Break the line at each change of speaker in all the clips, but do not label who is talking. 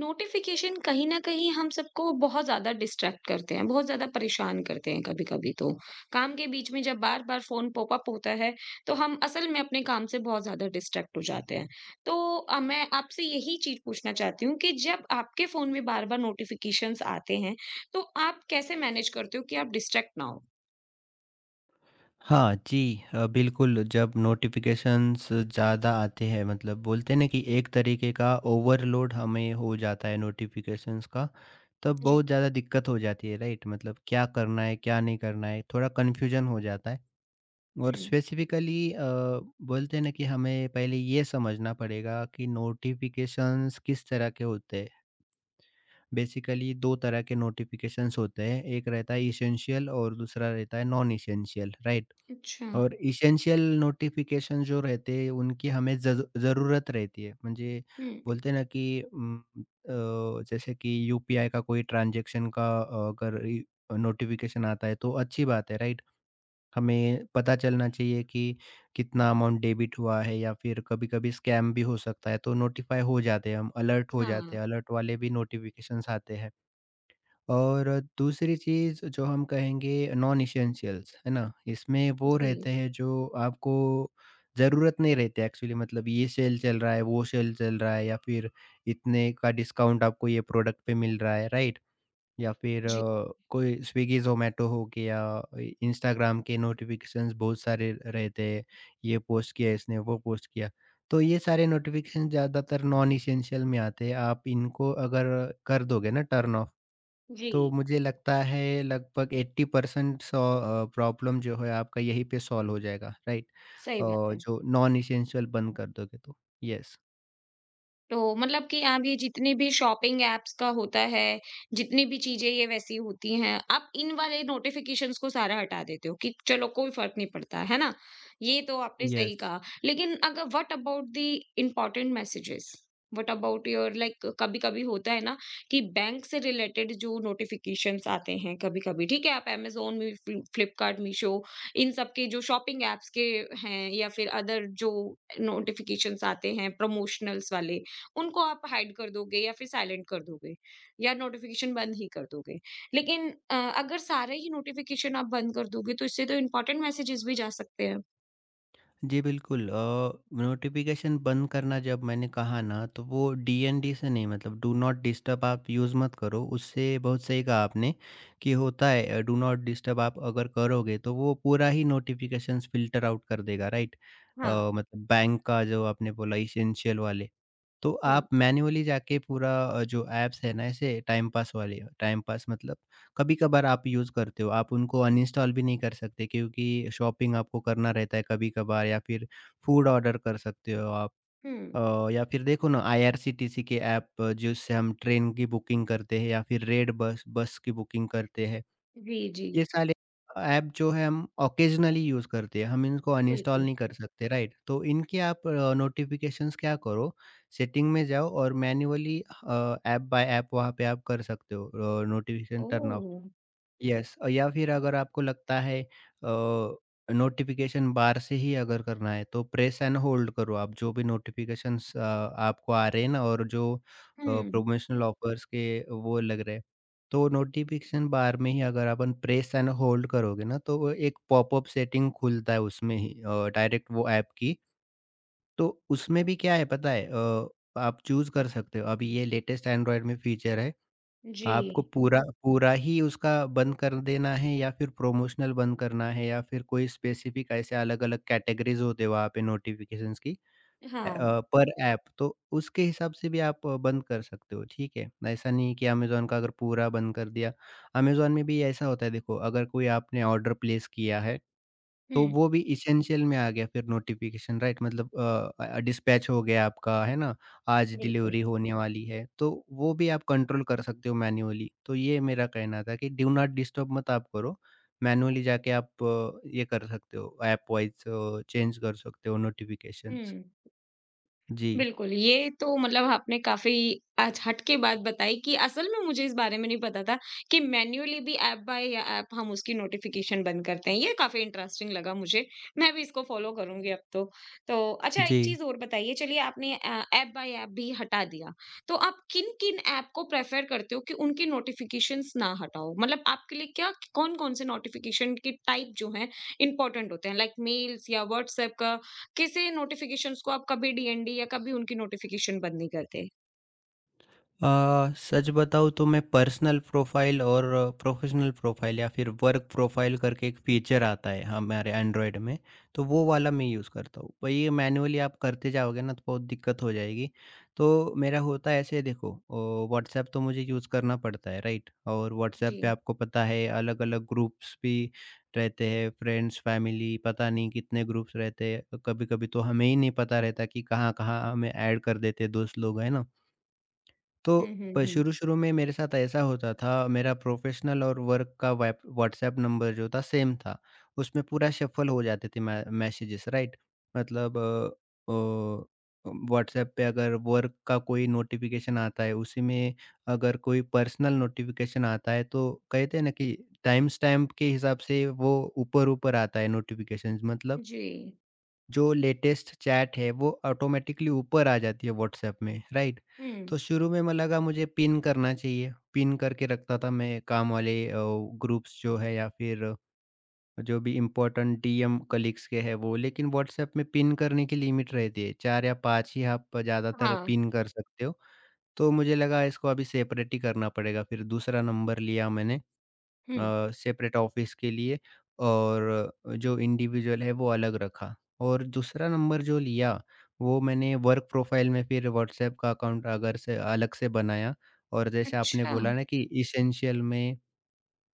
Notification कहीं न कहीं हम सबको बहुत ज़्यादा डिस्ट्रैक्ट करते हैं, बहुत ज़्यादा परेशान करते हैं कभी-कभी तो। काम के बीच में जब बार-बार फ़ोन पॉपअप होता है, तो हम असल में अपने काम से बहुत ज़्यादा डिस्ट्रैक्ट हो जाते हैं। तो मैं आपसे यही चीज़ पूछना चाहती हूँ कि जब आपके फ़ोन में बार-बार नोटिफिकेशंस आते हैं, तो आप कैसे मैनेज करते हो कि आप डिस्ट्रैक्ट ना हो?
हाँ जी। बिल्कुल, जब नोटिफिकेशंस ज़्यादा आते हैं मतलब बोलते हैं ना कि एक तरीके का ओवरलोड हमें हो जाता है नोटिफिकेशंस का। तब
जी।
बहुत ज़्यादा दिक्कत हो जाती है, राइट। मतलब क्या करना है, क्या नहीं करना है, थोड़ा कन्फ्यूजन हो जाता है। और
हुँ,
स्पेसिफिकली बोलते हैं ना कि हमें पहले ये समझना पड़ेगा कि नोटिफिकेशंस किस तरह के होते हैं। बेसिकली दो तरह के नोटिफिकेशंस होते हैं, एक रहता है इसेंशियल और दूसरा रहता है नॉन इसेंशियल, राइट।
अच्छा।
और एसेंशियल नोटिफिकेशन जो रहते हैं, उनकी हमें ज़रूरत रहती है। म्हणजे
हुँ,
बोलते हैं ना कि उम, अ, जैसे कि यूपीआई का कोई ट्रांज़ैक्शन का, अगर इ नोटिफिकेशन आता है, तो अच्छी बात है, राइट? हमें पता चलना चाहिए कि कितना अमाउंट डेबिट हुआ है या फिर कभी-कभी स्कैम भी हो सकता है, तो नोटिफ़ाई हो जाते हैं हम, अलर्ट हो
हाँ।
जाते हैं। अलर्ट वाले भी नोटिफिकेशंस आते हैं। और दूसरी चीज़ जो हम कहेंगे नॉन एसेंशियल्स, है ना? इसमें वो
जी,
रहते हैं जो आपको ज़रूरत नहीं रहती एक्चुअली। मतलब ये सेल चल रहा है, वो सेल चल रहा है या फिर इतने का डिस्काउंट आपको ये प्रोडक्ट पे मिल रहा है, राइट? या फिर
जी,
कोई स्विगी, ज़ोमैटो हो गया, इ इंस्टाग्राम के नोटिफ़िकेशंस बहुत सारे रहते हैं, ये पोस्ट किया इसने, वो पोस्ट किया। तो ये सारे नोटिफ़िकेशन ज़्यादातर नॉन एसेंशियल में आते हैं। आप इनको अगर कर दोगे ना टर्न ऑफ,
जी।
तो मुझे लगता है लगभग 80% प्रॉब्लम जो है आपका यहीं पे सॉल्व हो जाएगा, राइट?
सही
अ,
बात है।
जो नॉन एसेंशियल बंद कर दोगे तो। यस।
तो मतलब कि आप ये जितने भी शॉपिंग ऐप्स का होता है, जितनी भी चीज़ें ये वैसी होती हैं, आप इन वाले नोटिफ़िकेशंस को सारा हटा देते हो कि चलो कोई फ़र्क नहीं पड़ता, है ना? ये तो आपने सही
यस।
कहा। लेकिन अगर what about the important messages? What about your like कभी-कभी होता है ना कि बैंक से रिलेटेड जो नोटिफ़िकेशंस आते हैं कभी-कभी, ठीक है? आप अमेज़न, मी फ्लि फ्लिपकार्ट, मीशो इन सब के जो शॉपिंग ऐप्स के हैं या फिर अदर जो नोटिफ़िकेशंस आते हैं प्रमोशनल्स वाले, उनको आप हाइड कर दोगे या फिर साइलेंट कर दोगे या नोटिफिकेशन बंद ही कर दोगे। लेकिन अगर सारे ही नोटिफिकेशन आप बंद कर दोगे तो इससे तो इम्पोर्टेंट मैसेजेस भी जा सकते हैं।
जी, बिल्कुल। नोटिफ़िकेशन बंद करना जब मैंने कहा ना, तो वो डीएनडी से नहीं, मतलब डू नॉट डिस्टर्ब आप यूज़ मत करो। उससे बहुत सही कहा आपने कि होता है, डू नॉट डिस्टर्ब आप अगर करोगे, तो वो पूरा ही नोटिफ़िकेशंस फ़िल्टर आउट कर देगा, राइट?
हाँ,
मतलब बैंक का जो आपने बोला एसेंशियल वाले, तो
हुँ,
आप मैन्युअली जाके पूरा जो ऐप्स है ना ऐसे टाइम पास वाले, टाइम पास मतलब कभी-कभार आप यूज़ करते हो, आप उनको अनइंस्टॉल भी नहीं कर सकते क्योंकि शॉपिंग आपको करना रहता है कभी-कभार या फिर फूड ऑर्डर कर सकते हो आप।
हुँ।
या फिर देखो ना आईआरसीटीसी के ऐप, जिससे हम ट्रेन की बुकिंग करते हैं या फिर रेड बस बस की बुकिंग करते हैं।
जी, जी,
ये सारे ऐप जो है हम ऑकेजनली यूज़ करते हैं, हम इनको अनइंस्टॉल
बिल्कुल।
नहीं कर सकते, राइट? तो इनके आप नोटिफ़िकेशंस क्या करो, सेटिंग में जाओ और मैन्युअली ऐप बाय ऐप वहाँ पे आप कर सकते हो notification turn off.
Oh!
Yes. या फिर अगर आपको लगता है, नोटिफ़िकेशन बार से ही अगर करना है तो प्रेस एंड होल्ड करो आप। जो भी नोटिफ़िकेशंस आपको आ रहे हैं ना और जो
हुँ,
प्रोमोशनल ऑफर्स के वो लग रहे हैं, तो नोटिफ़िकेशन बार में ही अगर अपन प्रेस एंड होल्ड करोगे ना तो वो एक पॉपअप सेटिंग खुलता है उसमें ही डायरेक्ट वो ऐप की। तो उसमें भी क्या है पता है, आप चूज कर सकते हो, अभी ये लेटेस्ट एंड्रॉयड में फीचर है।
जी।
आपको पूरा पूरा ही उसका बंद कर देना है या फिर प्रोमोशनल बंद करना है या फिर कोई स्पेसिफिक, ऐसे अलग-अलग कैटेगरीज होते हैं वहाँ पे नोटिफिकेशंस की। अ,
हाँ,
पर ऐप तो उसके हिसाब से भी आप बंद कर सकते हो, ठीक है। ऐसा नहीं है कि अमेज़न का अगर पूरा बंद कर दिया। अमेज़न में भी ऐसा होता है, देखो अगर कोई आपने ऑर्डर प्लेस किया है तो
हुँ,
वो भी एसेंशियल में आ गया फिर नोटिफ़िकेशन, राइट। मतलब डिस्पैच हो गया आपका, है ना? आज
बिल्कुल।
डिलीवरी होने वाली है, तो वो भी आप कंट्रोल कर सकते हो मैन्युअली। तो ये मेरा कहना था कि डू नॉट डिस्टर्ब मत आप करो, मैन्युअली जाके आप ये कर सकते हो ऐप वाइज़ चेंज कर सकते हो नोटिफ़िकेशंस।
हुँ।
जी।
बिल्कुल, ये तो मतलब आपने काफ़ी आज हट के बात बताई कि असल में मुझे इस बारे में नहीं पता था कि मैन्युअली भी ऐप बाय या ऐप हम उसकी नोटिफ़िकेशन बंद करते हैं। ये काफ़ी इंटरेस्टिंग लगा मुझे। मैं भी इसको फ़ॉलो करूँगी अब तो। तो अच्छा एक
जी।
चीज़ और बताइए चलिए आपने ऐप बाय ऐप भी हटा दिया। तो आप किन-किन ऐप को प्रेफ़र करते हो कि उनकी नोटिफ़िकेशंस ना हटाओ? मतलब आपके लिए क्या कौन-कौन से नोटिफ़िकेशन के टाइप जो हैं, इम्पोर्टेंट होते हैं? लाइक मेल्स या व्हाट्सऐप का किसी नोटिफ़िकेशंस को आप कभी डीएनडी या कभी उनकी नोटिफ़िकेशन बंद नहीं करते?
अ, सच बताऊँ तो मैं पर्सनल प्रोफाइल और प्रोफेशनल प्रोफाइल या फिर वर्क प्रोफाइल करके एक फीचर आता है हमारे एंड्रॉयड में, तो वो वाला मैं यूज़ करता हूँ। पर ये मैनुअली आप करते जाओगे ना तो बहुत दिक्कत हो जाएगी। तो मेरा होता है ऐसे, देखो व्हाट्सएप तो मुझे यूज़ करना पड़ता है, राइट? और व्हाट्सएप पे
जी।
आपको पता है अलग-अलग ग्रुप्स भी रहते हैं, फ्रेंड्स, फैमिली, पता नहीं कितने ग्रुप्स रहते हैं। कभी-कभी तो हमें ही नहीं पता रहता कि कहाँ-कहाँ हमें ऐड कर देते हैं दोस्त लोग, है ना? तो
हुँ, हुँ, हुँ।
शुरू-शुरू में मेरे साथ ऐसा होता था, मेरा प्रोफ़ेशनल और वर्क का वैप व्हाट्सएप नंबर जो था सेम था। उसमें पूरा शफ़ल हो जाते थे मै मैसेजेस, राइट? मतलब व्हाट्सएप पे अगर वर्क का कोई नोटिफ़िकेशन आता है, उसी में अगर कोई पर्सनल नोटिफ़िकेशन आता है तो कहते हैं ना कि टाइम स्टैम्प के हिसाब से वो ऊपर-ऊपर आता है नोटिफ़िकेशंस, मतलब
जी।
जो लेटेस्ट चैट है वो ऑटोमेटिकली ऊपर आ जाती है व्हाट्सएप में, राइट।
हुँ,
तो शुरू में मैं लगा मुझे पिन करना चाहिए, पिन करके रखता था मैं काम वाले ग्रुप्स जो है या फिर जो भी इम्पोर्टेंट डीएम कलीग्स के हैं वो, लेकिन व्हाट्सएप में पिन करने की लिमिट रहती है, 4 या 5 ही आप ज़्यादातर
हाँ।
पिन कर सकते हो। तो मुझे लगा इसको अभी सेपरेट ही करना पड़ेगा, फिर दूसरा नंबर लिया मैंने
हुँ।
सेपरेट ऑफिस के लिए, और जो इंडिविजुअल है वो अलग रखा। और दूसरा नंबर जो लिया, वो मैंने वर्क प्रोफाइल में फिर व्हाट्सएप का अकाउंट अगर से अलग से बनाया। और जैसे आपने
अच्छा।
बोला ना कि इसेंशियल में,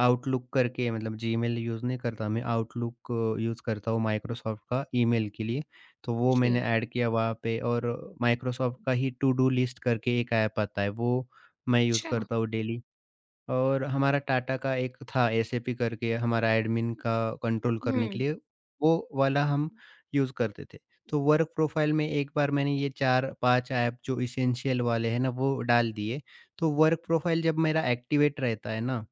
आउटलुक करके मतलब जीमेल यूज़ नहीं करता मैं, आउटलुक यूज़ करता हूँ माइक्रोसॉफ्ट का ईमेल के लिए, तो वो मैंने
जी।
ऐड किया वहाँ पे। और माइक्रोसॉफ्ट का ही टू डू लिस्ट करके एक ऐप आता है, वो मैं यूज़
अच्छा।
करता हूँ डेली। और हमारा टाटा का एक था एसएपी करके, हमारा एडमिन का कंट्रोल करने के
हुँ।
लिए, वो वाला हम यूज़ करते थे। तो वर्क प्रोफ़ाइल में एक बार मैंने ये 4-5 ऐप जो एसेंशियल वाले हैं ना, वो डाल दिए। तो वर्क प्रोफ़ाइल जब मेरा एक्टिवेट रहता है ना,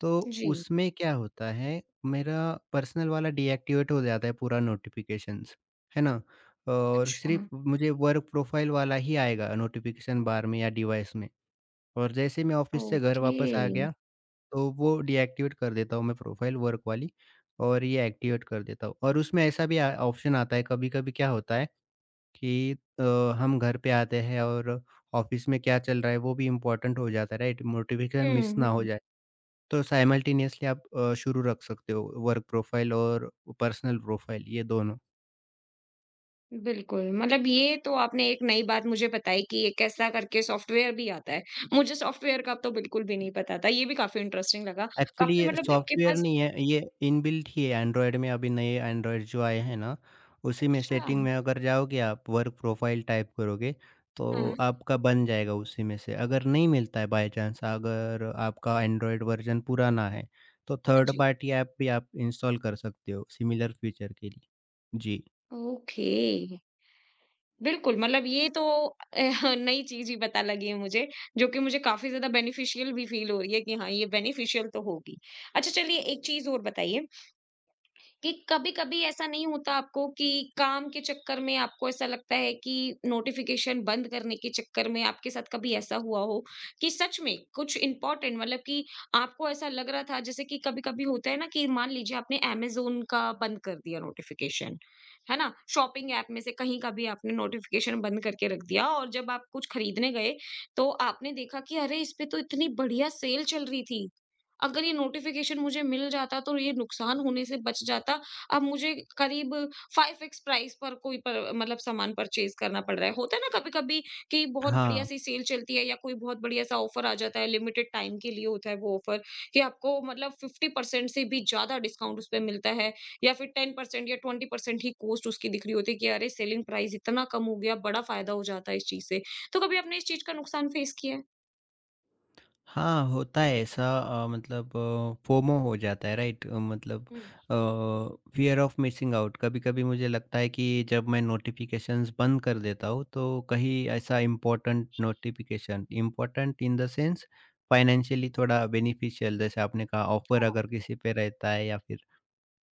तो
जी।
उसमें क्या होता है, मेरा पर्सनल वाला डीऐक्टिवेट हो जाता है पूरा नोटिफ़िकेशंस, है ना? और
अच्छा।
सिर्फ़ मुझे वर्क प्रोफ़ाइल वाला ही आएगा नोटिफ़िकेशन बार में या डिवाइस में। और जैसे ही मैं ऑफ़िस से घर
ओके।
वापस आ गया, तो वो डीएक्टिवेट कर देता हूँ मैं प्रोफ़ाइल वर्क वाली और ये एक्टिवेट कर देता हूँ। और उसमें ऐसा भी आ ऑप्शन आता है, कभी-कभी क्या होता है कि अ, हम घर पे आते हैं और ऑफ़िस में क्या चल रहा है वो भी इम्पोर्टेंट हो जाता है, राइट? नोटिफ़िकेशन मिस
हुँ,
ना हो
हुँ।
जाए। तो साइमल्टेनियसली आप शुरू रख सकते हो वर्क प्रोफ़ाइल और पर्सनल प्रोफ़ाइल, ये दोनों।
बिल्कुल, मतलब ये तो आपने एक नई बात मुझे बताई कि एक ऐसा करके सॉफ्टवेयर भी आता है। मुझे सॉफ्टवेयर का अब तो बिल्कुल भी नहीं पता था, ये भी काफ़ी इंटरेस्टिंग लगा।
एक्चुअली
काफ़ी
ये
मतलब आपके
सॉफ्टवेयर
पास
नहीं है, ये इनबिल्ट ही है एंड्रॉयड में, अभी नए एंड्रॉयड जो आए हैं ना, उसी में
अच्छा
सेटिंग में अगर जाओगे आप वर्क प्रोफाइल टाइप करोगे,
हाँ,
तो
हाँ
आपका बन जाएगा उसी में से। अगर नहीं मिलता है बाय चांस, अगर आपका एंड्रॉयड वर्ज़न पुराना है, तो थर्ड
जी।
पार्टी ऐप भी आप इंस्टॉल कर सकते हो सिमिलर फीचर के लिए। जी।
ओके। बिल्कुल, मतलब ये तो अ, नई चीज़ ही पता लगी है मुझे, जो कि मुझे काफ़ी ज़्यादा बेनिफिशियल भी फ़ील हो रही है कि हाँ, ये बेनिफिशियल तो होगी। अच्छा चलिए एक चीज़ और बताइए कि कभी-कभी ऐसा नहीं होता आपको कि काम के चक्कर में आपको ऐसा लगता है कि नोटिफिकेशन बंद करने के चक्कर में आपके साथ कभी ऐसा हुआ हो कि सच में कुछ इंपॉर्टेंट मतलब कि आपको ऐसा लग रहा था जैसे कि कभी-कभी होता है ना कि मान लीजिए आपने अमेज़न का बंद कर दिया नोटिफिकेशन, है ना? शॉपिंग ऐप में से कहीं का भी आपने नोटिफिकेशन बंद करके रख दिया और जब आप कुछ खरीदने गए, तो आपने देखा कि अरे इस पे तो इतनी बढ़िया सेल चल रही थी। अगर ये नोटिफ़िकेशन मुझे मिल जाता तो ये नुकसान होने से बच जाता। अब मुझे करीब 5 एक्स प्राइस पर कोई प मतलब सामान परचेज़ करना पड़ रहा है। होता है ना कभी-कभी कि बहुत
हाँ।
बढ़िया-सी सेल चलती है या कोई बहुत बढ़िया-सा ऑफ़र आ जाता है, लिमिटेड टाइम के लिए होता है वो ऑफ़र कि आपको मतलब 50% से भी ज़्यादा डिस्काउंट उस पे मिलता है या फिर 10% या 20% ही कॉस्ट उसकी दिख रही होती है कि अरे! सेलिंग प्राइस इतना कम हो गया, बड़ा फ़ायदा हो जाता है इस चीज़ से। तो कभी आपने इस चीज़ का नुकसान फ़ेस किया है?
हाँ, होता है ऐसा। मतलब फोमो हो जाता है, राइट। मतलब
हुँ।
Fear of missing out. कभी-कभी मुझे लगता है कि जब मैं नोटिफ़िकेशंस बंद कर देता हूँ, तो कहीं ऐसा important notification, important in the sense financially थोड़ा बेनिफिशियल, जैसे आपने कहा ऑफ़र अगर किसी पे रहता है या फिर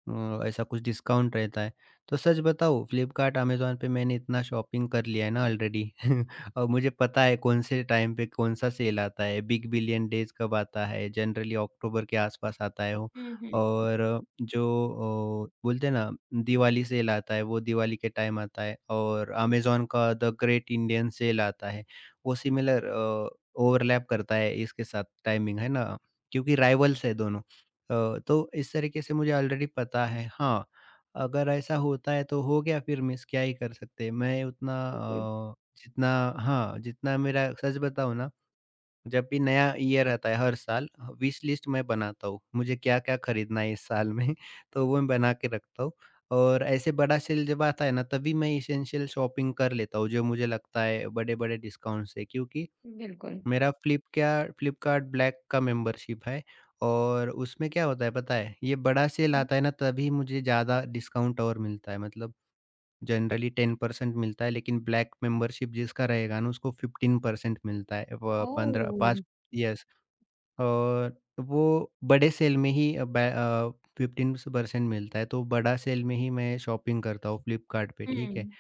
ऐसा कुछ डिस्काउंट रहता है। तो सच बताऊँ फ्लिपकार्ट, अमेज़न पे मैंने इतना शॉपिंग कर लिया है ना ऑलरेडी और मुझे पता है कौन से टाइम पे कौन-सा सेल आता है, बिग बिलियन डेज़ कब आता है, जनरली अक्टूबर के आसपास आता है वो।
हुँ, हुँ।
और जो बोलते हैं ना दिवाली सेल आता है, वो दिवाली के टाइम आता है और अमेज़न का द ग्रेट इंडियन सेल आता है। वो सिमिलर ओवरलैप करता है इसके साथ टाइमिंग, है ना, क्योंकि राइवल्स है दोनों। तो इस तरीके से मुझे ऑलरेडी पता है। हाँ, अगर ऐसा होता है तो हो गया, फिर मिस क्या ही कर सकते हैं। मैं उतना
बिल्कुल,
जितना हाँ, जितना मेरा सच बताऊँ ना, जब भी नया ईयर आता है हर साल ह विश लिस्ट मैं बनाता हूँ। मुझे क्या-क्या खरीदना है इस साल में तो वो मैं बना के रखता हूँ। और ऐसे बड़ा सेल जब आता है ना तभी मैं एसेंशियल शॉपिंग कर लेता हूँ, जो मुझे लगता है बड़े-बड़े डिस्काउंट से, क्योंकि
बिल्कुल।
मेरा फ्लिपक्या फ्लिपकार्ट ब्लैक का मेंबरशिप है। और उसमें क्या होता है पता है? ये बड़ा सेल आता है ना तभी मुझे ज़्यादा डिस्काउंट और मिलता है, मतलब जनरली 10% मिलता है लेकिन ब्लैक मेंबरशिप जिसका रहेगा ना उसको 15% मिलता है, व 15 5।
ओह!
यस। और वो बड़े सेल में ही, 15% मिलता है, तो बड़ा सेल में ही मैं शॉपिंग करता हूँ फ्लिपकार्ट पे, ठीक है।
हुँ।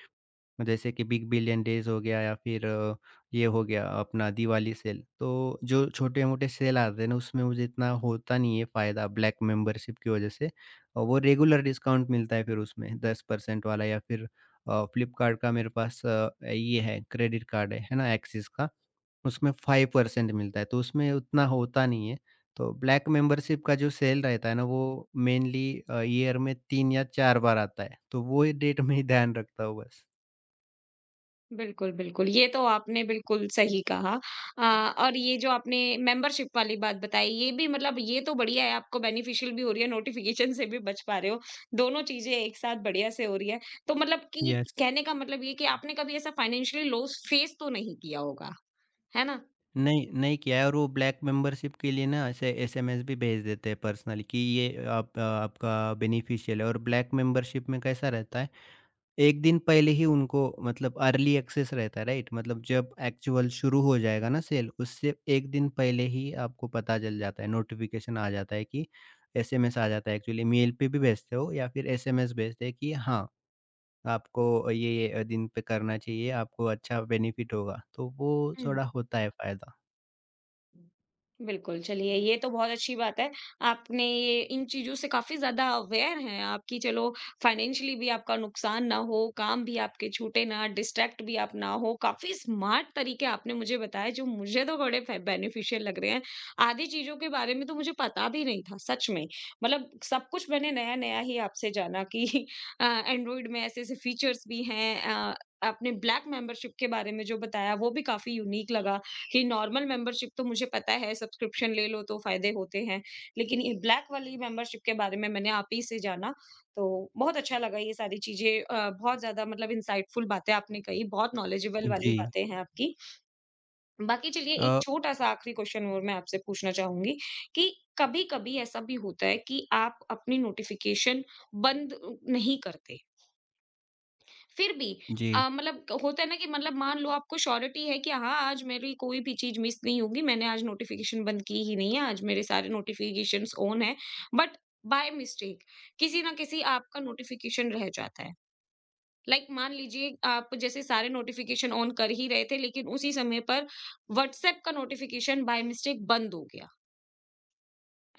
जैसे कि बिग बिलियन डेज हो गया या फिर ये हो गया अपना दिवाली सेल। तो जो छोटे-मोटे सेल आते हैं ना उसमें मुझे इतना होता नहीं है फ़ायदा ब्लैक मेंबरशिप की वज़ह से। और वो रेगुलर डिस्काउंट मिलता है फिर उसमें 10% वाला। या फिर फ्लिपकार्ट का मेरे पास ये है क्रेडिट कार्ड है ना, एक्सिस का। उसमें 5% मिलता है, तो उसमें उतना होता नहीं है। तो ब्लैक मेंबरशिप का जो सेल रहता है ना वो मेनली ईयर में 3 या 4 बार आता है। तो वो ही डेट में ही ध्यान रखता हूँ बस।
बिल्कुल, बिल्कुल, ये तो आपने बिल्कुल सही कहा। और ये जो आपने मेंबरशिप वाली बात बताई, ये भी मतलब ये तो बढ़िया है, आपको बेनिफिशियल भी हो रही है, नोटिफ़िकेशन से भी बच पा रहे हो, दोनों चीज़ें एक साथ बढ़िया से हो रही है। तो मतलब कि
यस।
कहने का मतलब ये कि आपने कभी ऐसा फाइनेंशियली लॉस फेस तो नहीं किया होगा, है ना?
नहीं, नहीं किया है। और वो ब्लैक मेंबरशिप के लिए ना ऐसे एसएमएस भी भेज देते हैं पर्सनली कि ये आप आपका बेनिफिशियल है। और ब्लैक मेंबरशिप में कैसा रहता है, एक दिन पहले ही उनको मतलब अर्ली एक्सेस रहता है, राइट? मतलब जब एक्चुअल शुरू हो जाएगा ना सेल, उससे 1 दिन पहले ही आपको पता चल जाता है, नोटिफ़िकेशन आ जाता है कि एसएमएस आ जाता है एक्चुअली, मेल पे भी भेजते हो या फिर एसएमएस भेजते हैं कि हाँ, आपको ये दिन पे करना चाहिए, आपको अच्छा बेनिफिट होगा। तो वो
हुँ।
थोड़ा होता है फ़ायदा।
बिल्कुल, चलिए ये तो बहुत अच्छी बात है। आपने ये इन चीज़ों से काफ़ी ज़्यादा अवेयर हैं आप कि चलो फाइनेंशियली भी आपका नुकसान ना हो, काम भी आपके छूटे ना, डिस्ट्रैक्ट भी आप ना हो। काफ़ी स्मार्ट तरीके आपने मुझे बताए जो मुझे तो बड़े फे बेनिफिशियल लग रहे हैं। आधी चीज़ों के बारे में तो मुझे पता भी नहीं था सच में। मतलब सब कुछ मैंने नया-नया ही आपसे जाना कि एंड्रॉइड में ऐसे-ऐसे फीचर्स भी हैं। आपने ब्लैक मेंबरशिप के बारे में जो बताया वो भी काफ़ी यूनिक लगा। कि नॉर्मल मेंबरशिप तो मुझे पता है सब्सक्रिप्शन ले लो तो फायदे होते हैं, लेकिन ये ब्लैक वाली मेंबरशिप के बारे में मैंने आप ही से जाना, तो बहुत अच्छा लगा ये सारी चीज़ें। बहुत ज़्यादा मतलब इनसाइटफुल बातें आपने कही, बहुत नॉलेजेबल वाली
जी।
बातें हैं आपकी। बाकी चलिए एक
अ,
छोटा-सा आखिरी क्वेश्चन और मैं आपसे पूछना चाहूँगी कि कभी-कभी ऐसा भी होता है कि आप अपनी नोटिफ़िकेशन बंद नहीं करते, फिर भी
जी,
मतलब होता है ना कि मतलब मान लो आपको श्योरिटी है कि हाँ आज मेरी कोई भी चीज मिस नहीं होगी, मैंने आज नोटिफिकेशन बंद की ही नहीं है, आज मेरे सारे नोटिफिकेशंस ऑन है। बट बाय मिस्टेक किसी ना किसी आपका नोटिफिकेशन रह जाता है like, मान लीजिए आप जैसे सारे नोटिफिकेशन ऑन कर ही रहे थे लेकिन उसी समय पर व्हाट्सएप का नोटिफिकेशन बाय मिस्टेक बंद हो गया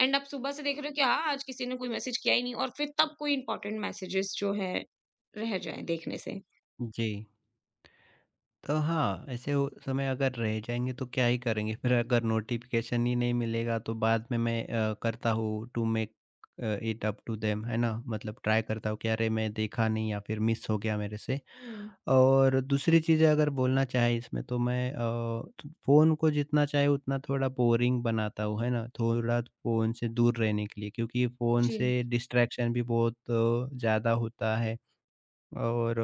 एंड आप सुबह से देख रहे हो कि हाँ आज किसी ने कोई मैसेज किया ही नहीं और फिर तब कोई इंपॉर्टेंट मैसेजेस जो है रह जाए देखने से।
जी। तो हाँ, ऐसे उ समय अगर रह जाएँगे तो क्या ही करेंगे, फिर अगर नोटिफ़िकेशन ही नहीं मिलेगा तो बाद में मैं करता हूँ to make it up to them, है ना? मतलब ट्राई करता हूँ कि अरे! मैं देखा नहीं या फिर मिस हो गया मेरे से।
हम्म।
और दूसरी चीज़ अगर बोलना चाहे इसमें, तो मैं फ़ोन को जितना चाहे उतना थोड़ा बोरिंग बनाता हूँ, है ना? थोड़ा फ़ोन से दूर रहने के लिए, क्योंकि फ़ोन
जी।
से डिस्ट्रैक्शन भी बहुत ज़्यादा होता है। और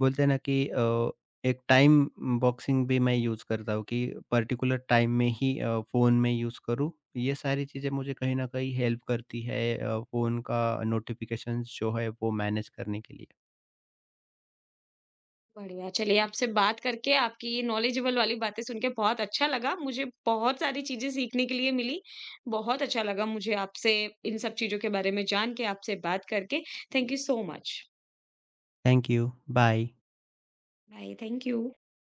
बोलते हैं ना कि एक टाइम बॉक्सिंग भी मैं यूज़ करता हूँ कि पर्टिकुलर टाइम में ही फ़ोन में यूज़ करूँ। ये सारी चीज़ें मुझे कहीं न कहीं हेल्प करती है फ़ोन का नोटिफ़िकेशंस जो है वो मैनेज करने के लिए।
बढ़िया, चलिए आपसे बात करके आपकी ये नॉलेजेबल वाली बातें सुन के बहुत अच्छा लगा। मुझे बहुत सारी चीज़ें सीखने के लिए मिली। बहुत अच्छा लगा मुझे आपसे इन सब चीज़ों के बारे में जान के, आपसे बात करके। Thank you so much.
Thank you, bye.
Bye, thank you.